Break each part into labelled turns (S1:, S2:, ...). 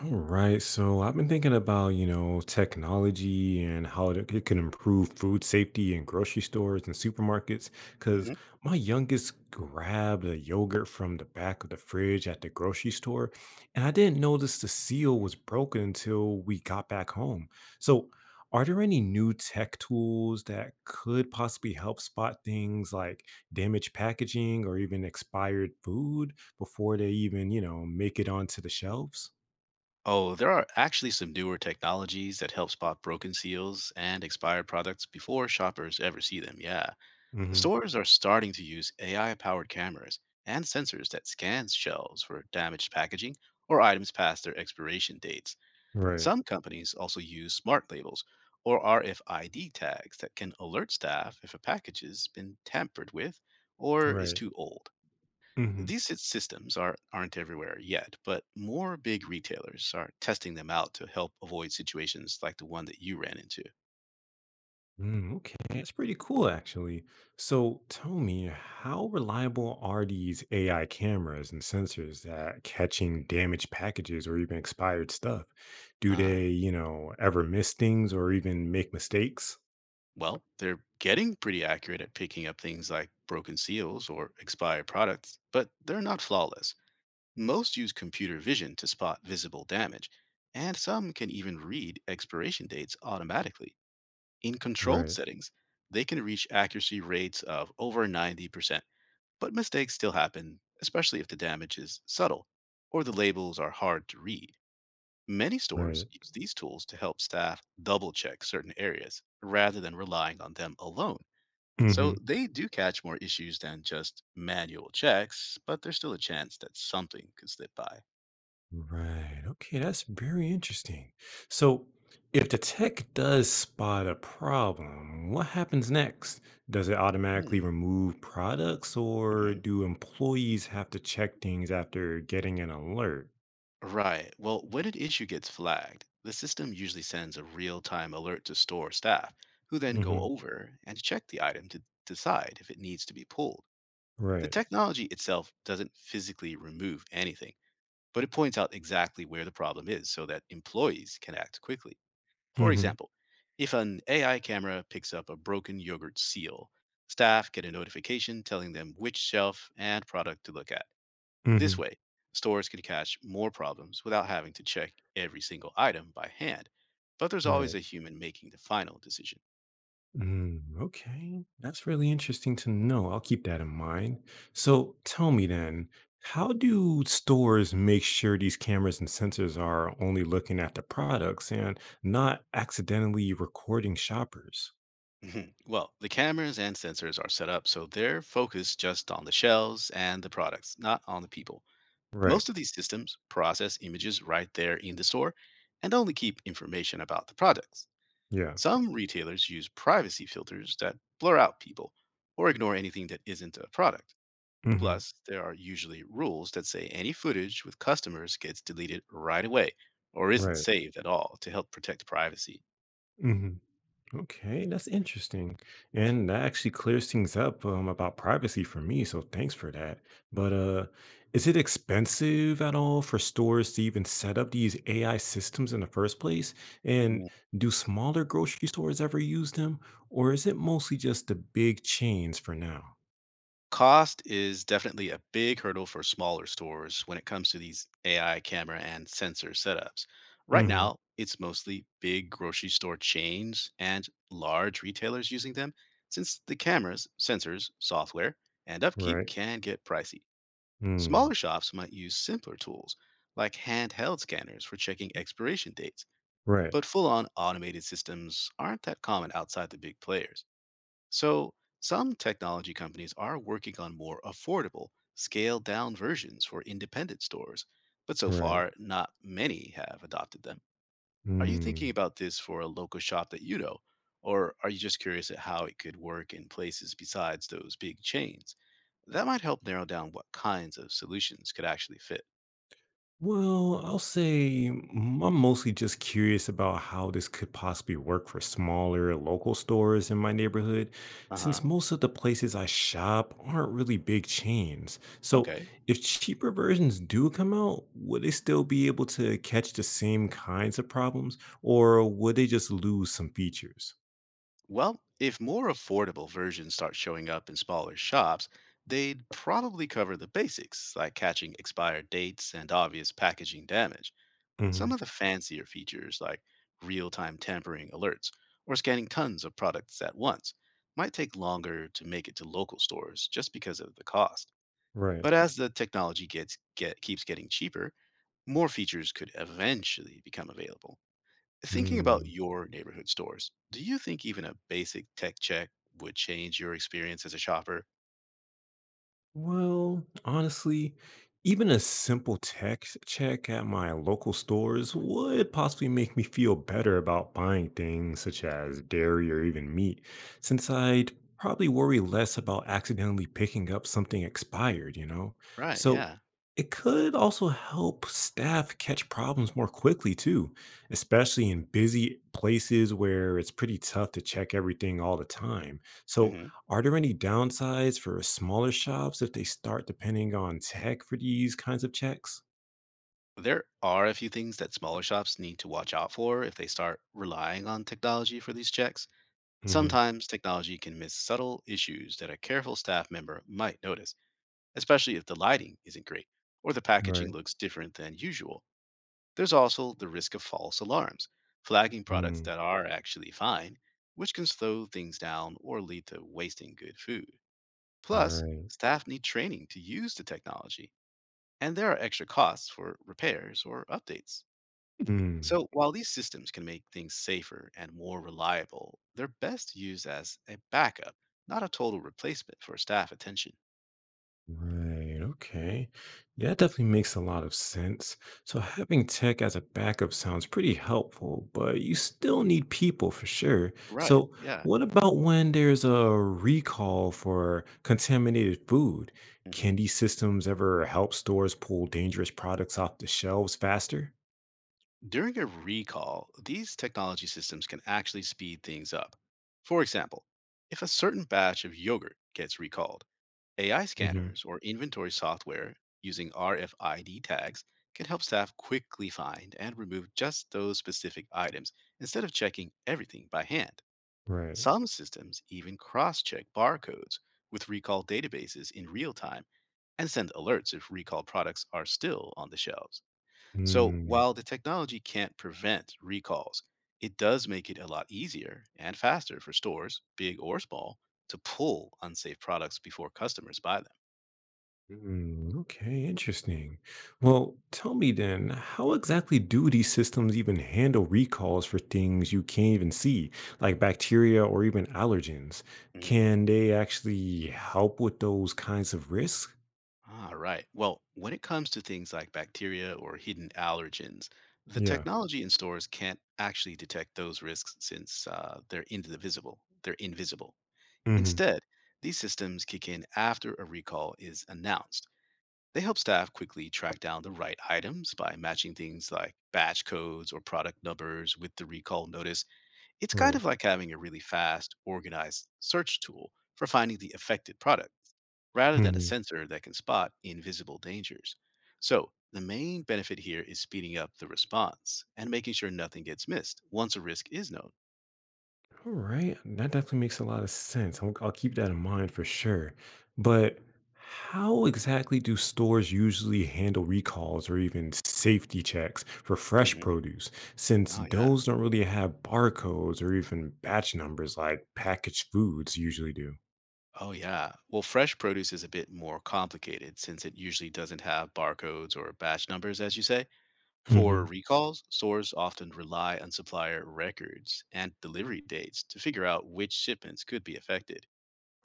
S1: All right, so I've been thinking about technology and how it can improve food safety in grocery stores and supermarkets. Because
S2: Mhm.
S1: my youngest grabbed a yogurt from the back of the fridge at the grocery store, and I didn't notice the seal was broken until we got back home. So, are there any new tech tools that could possibly help spot things like damaged packaging or even expired food before they even make it onto the shelves?
S2: Oh, there are actually some newer technologies that help spot broken seals and expired products before shoppers ever see them. Yeah.
S1: Mm-hmm.
S2: Stores are starting to use AI powered cameras and sensors that scan shelves for damaged packaging or items past their expiration dates.
S1: Right.
S2: Some companies also use smart labels or RFID tags that can alert staff if a package has been tampered with or is
S1: Right.
S2: too old.
S1: Hmm.
S2: These aren't everywhere yet, but more big retailers are testing them out to help avoid situations like the one that you ran into.
S1: Mm, okay, that's pretty cool, actually. So, tell me, how reliable are these AI cameras and sensors that catching damaged packages or even expired stuff? Do
S2: Uh,
S1: they ever miss things or even make mistakes?
S2: well, they're getting pretty accurate at picking up things like broken seals or expired products, but they're not flawless. Most use computer vision to spot visible damage, and some can even read expiration dates automatically. In controlled
S1: Right.
S2: settings, they can reach accuracy rates of over 90%. But mistakes still happen, especially if the damage is subtle or the labels are hard to read. Many stores
S1: Right.
S2: use these tools to help staff double check certain areas rather than relying on them alone. So they do catch more issues than just manual checks, but there's still a chance that something could slip by.
S1: Right. Okay, that's very interesting. So, if the tech does spot a problem, what happens next? Does it automatically
S2: Hmm.
S1: remove products or
S2: Mhm.
S1: do employees have to check things after getting an alert?
S2: Right. Well, when an issue gets flagged, the system usually sends a real time alert to store staff, who then go
S1: Mhm.
S2: over and check the item to decide if it needs to be pulled. The
S1: Right.
S2: technology itself doesn't physically remove anything, but it points out exactly where the problem is so that employees can act quickly. For
S1: Mhm.
S2: example, if an AI camera picks up a broken yogurt seal, staff get a notification telling them which shelf and product to look at. This
S1: Mhm.
S2: way, stores can catch more problems without having to check every single item by hand, but there's always
S1: Right.
S2: a human making the final decision.
S1: Mm, okay, that's really interesting to know. I'll keep that in mind. So tell me then, how do stores make sure these cameras and sensors are only looking at the products and not accidentally recording shoppers?
S2: Mhm. Well, the cameras and sensors are set up so they're focused just on the shelves and the products, not on the people.
S1: Right.
S2: Most of these systems process images right there in the store and only keep information about the products.
S1: Yeah.
S2: Some retailers use privacy filters that blur out people or ignore anything that isn't a product.
S1: Hmm.
S2: Plus, there are usually rules that say any footage with customers gets deleted right away or isn't
S1: Right.
S2: saved at all to help protect privacy.
S1: Hmm. Okay, that's interesting. And that actually clears things up about privacy for me. So thanks for that. But is it expensive at all for stores to even set up these AI systems in the first place? And do smaller grocery stores ever use them? Or is it mostly just the big chains for now?
S2: Cost is definitely a big hurdle for smaller stores when it comes to these AI camera and sensor setups. Right
S1: Hmm.
S2: now, it's mostly big grocery store chains and large retailers using them, since the cameras, sensors, software, and upkeep
S1: Right.
S2: can get pricey. Smaller
S1: Mm,
S2: shops might use simpler tools, like handheld scanners for checking expiration dates,
S1: right.
S2: but full on automated systems aren't that common outside the big players. So, some technology companies are working on more affordable, scaled down versions for independent stores, but so
S1: Right.
S2: far, not many have adopted them. Are you
S1: Mm.
S2: thinking about this for a local shop that you know? Or are you just curious at how it could work in places besides those big chains? That might help narrow down what kinds of solutions could actually fit.
S1: Well, I'll say I'm mostly just curious about how this could possibly work for smaller local stores in my neighborhood,
S2: Uh huh.
S1: since most of the places I shop aren't really big chains. So,
S2: Okay.
S1: if cheaper versions do come out, would they still be able to catch the same kinds of problems, or would they just lose some features?
S2: Well, if more affordable versions start showing up in smaller shops, they'd probably cover the basics, like catching expired dates and obvious packaging damage. Some
S1: Hmm.
S2: of the fancier features, like real time tampering alerts or scanning tons of products at once, might take longer to make it to local stores just because of the cost.
S1: Right.
S2: But as the technology keeps getting cheaper, more features could eventually become available. Thinking about your neighborhood stores, do you think even a basic tech check would change your experience as a shopper?
S1: Well, honestly, even a simple text check at my local stores would possibly make me feel better about buying things such as dairy or even meat, since I'd probably worry less about accidentally picking up something expired, you know?
S2: Right,
S1: So
S2: yeah.
S1: it could also help staff catch problems more quickly, too, especially in busy places where it's pretty tough to check everything all the time. So
S2: Hmm.
S1: are there any downsides for smaller shops if they start depending on tech for these kinds of checks?
S2: There are a few things that smaller shops need to watch out for if they start relying on technology for these checks.
S1: Hmm.
S2: Sometimes technology can miss subtle issues that a careful staff member might notice, especially if the lighting isn't great or the packaging
S1: Right.
S2: looks different than usual. There's also the risk of false alarms, flagging products
S1: Mm,
S2: that are actually fine, which can slow things down or lead to wasting good food. Plus,
S1: right.
S2: staff need training to use the technology, and there are extra costs for repairs or updates.
S1: Mm,
S2: So, while these systems can make things safer and more reliable, they're best used as a backup, not a total replacement for staff attention.
S1: right. Okay. Yeah, that definitely makes a lot of sense. So having tech as a backup sounds pretty helpful, but you still need people for sure.
S2: Right.
S1: So
S2: Yeah.
S1: what about when there's a recall for contaminated food?
S2: Mhm.
S1: Can these systems ever help stores pull dangerous products off the shelves faster?
S2: During a recall, these technology systems can actually speed things up. For example, if a certain batch of yogurt gets recalled, AI scanners or inventory software using RFID tags can help staff quickly find and remove just those specific items instead of checking everything by hand.
S1: Right.
S2: Some systems even cross check barcodes with recall databases in real time and send alerts if recalled products are still on the shelves. So
S1: Mm,
S2: while the technology can't prevent recalls, it does make it a lot easier and faster for stores, big or small, to pull unsafe products before customers buy them.
S1: mm, okay, interesting. Well, tell me then, how exactly do these systems even handle recalls for things you can't even see, like bacteria or even allergens?
S2: Mhm.
S1: Can they actually help with those kinds of risks?
S2: All right. Well, when it comes to things like bacteria or hidden allergens, the
S1: Yeah.
S2: technology in stores can't actually detect those risks since they're indivisible. They're invisible.
S1: Hmm.
S2: Instead, these systems kick in after a recall is announced. They help staff quickly track down the right items by matching things like batch codes or product numbers with the recall notice. It's kind
S1: Right.
S2: of like having a really fast, organized search tool for finding the affected product rather than a
S1: Mm-hmm.
S2: sensor that can spot invisible dangers. So, the main benefit here is speeding up the response and making sure nothing gets missed once a risk is known.
S1: All right, that definitely makes a lot of sense. I'll keep that in mind for sure. But how exactly do stores usually handle recalls or even safety checks for fresh
S2: Hmm.
S1: produce, since
S2: Oh, yeah.
S1: those don't really have barcodes or even batch numbers like packaged foods usually do?
S2: Oh, yeah. Well, fresh produce is a bit more complicated since it usually doesn't have barcodes or batch numbers, as you say.
S1: Hmm.
S2: For recalls, stores often rely on supplier records and delivery dates to figure out which shipments could be affected.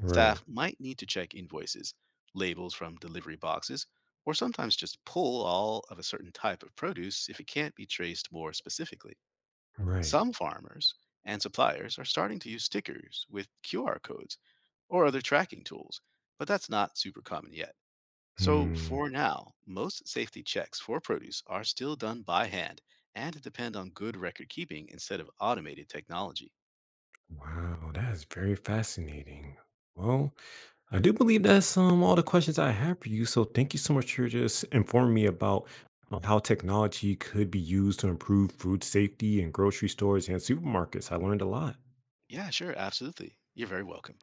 S1: Right.
S2: Staff might need to check invoices, labels from delivery boxes, or sometimes just pull all of a certain type of produce if it can't be traced more specifically.
S1: Right.
S2: Some farmers and suppliers are starting to use stickers with QR codes or other tracking tools, but that's not super common yet. So,
S1: Hmm.
S2: for now, most safety checks for produce are still done by hand and depend on good record keeping instead of automated technology.
S1: Wow, that is very fascinating. Well, I do believe that's all the questions I have for you. So thank you so much for just informing me about how technology could be used to improve food safety in grocery stores and supermarkets. I learned a lot.
S2: Yeah, sure, absolutely. You're very welcome.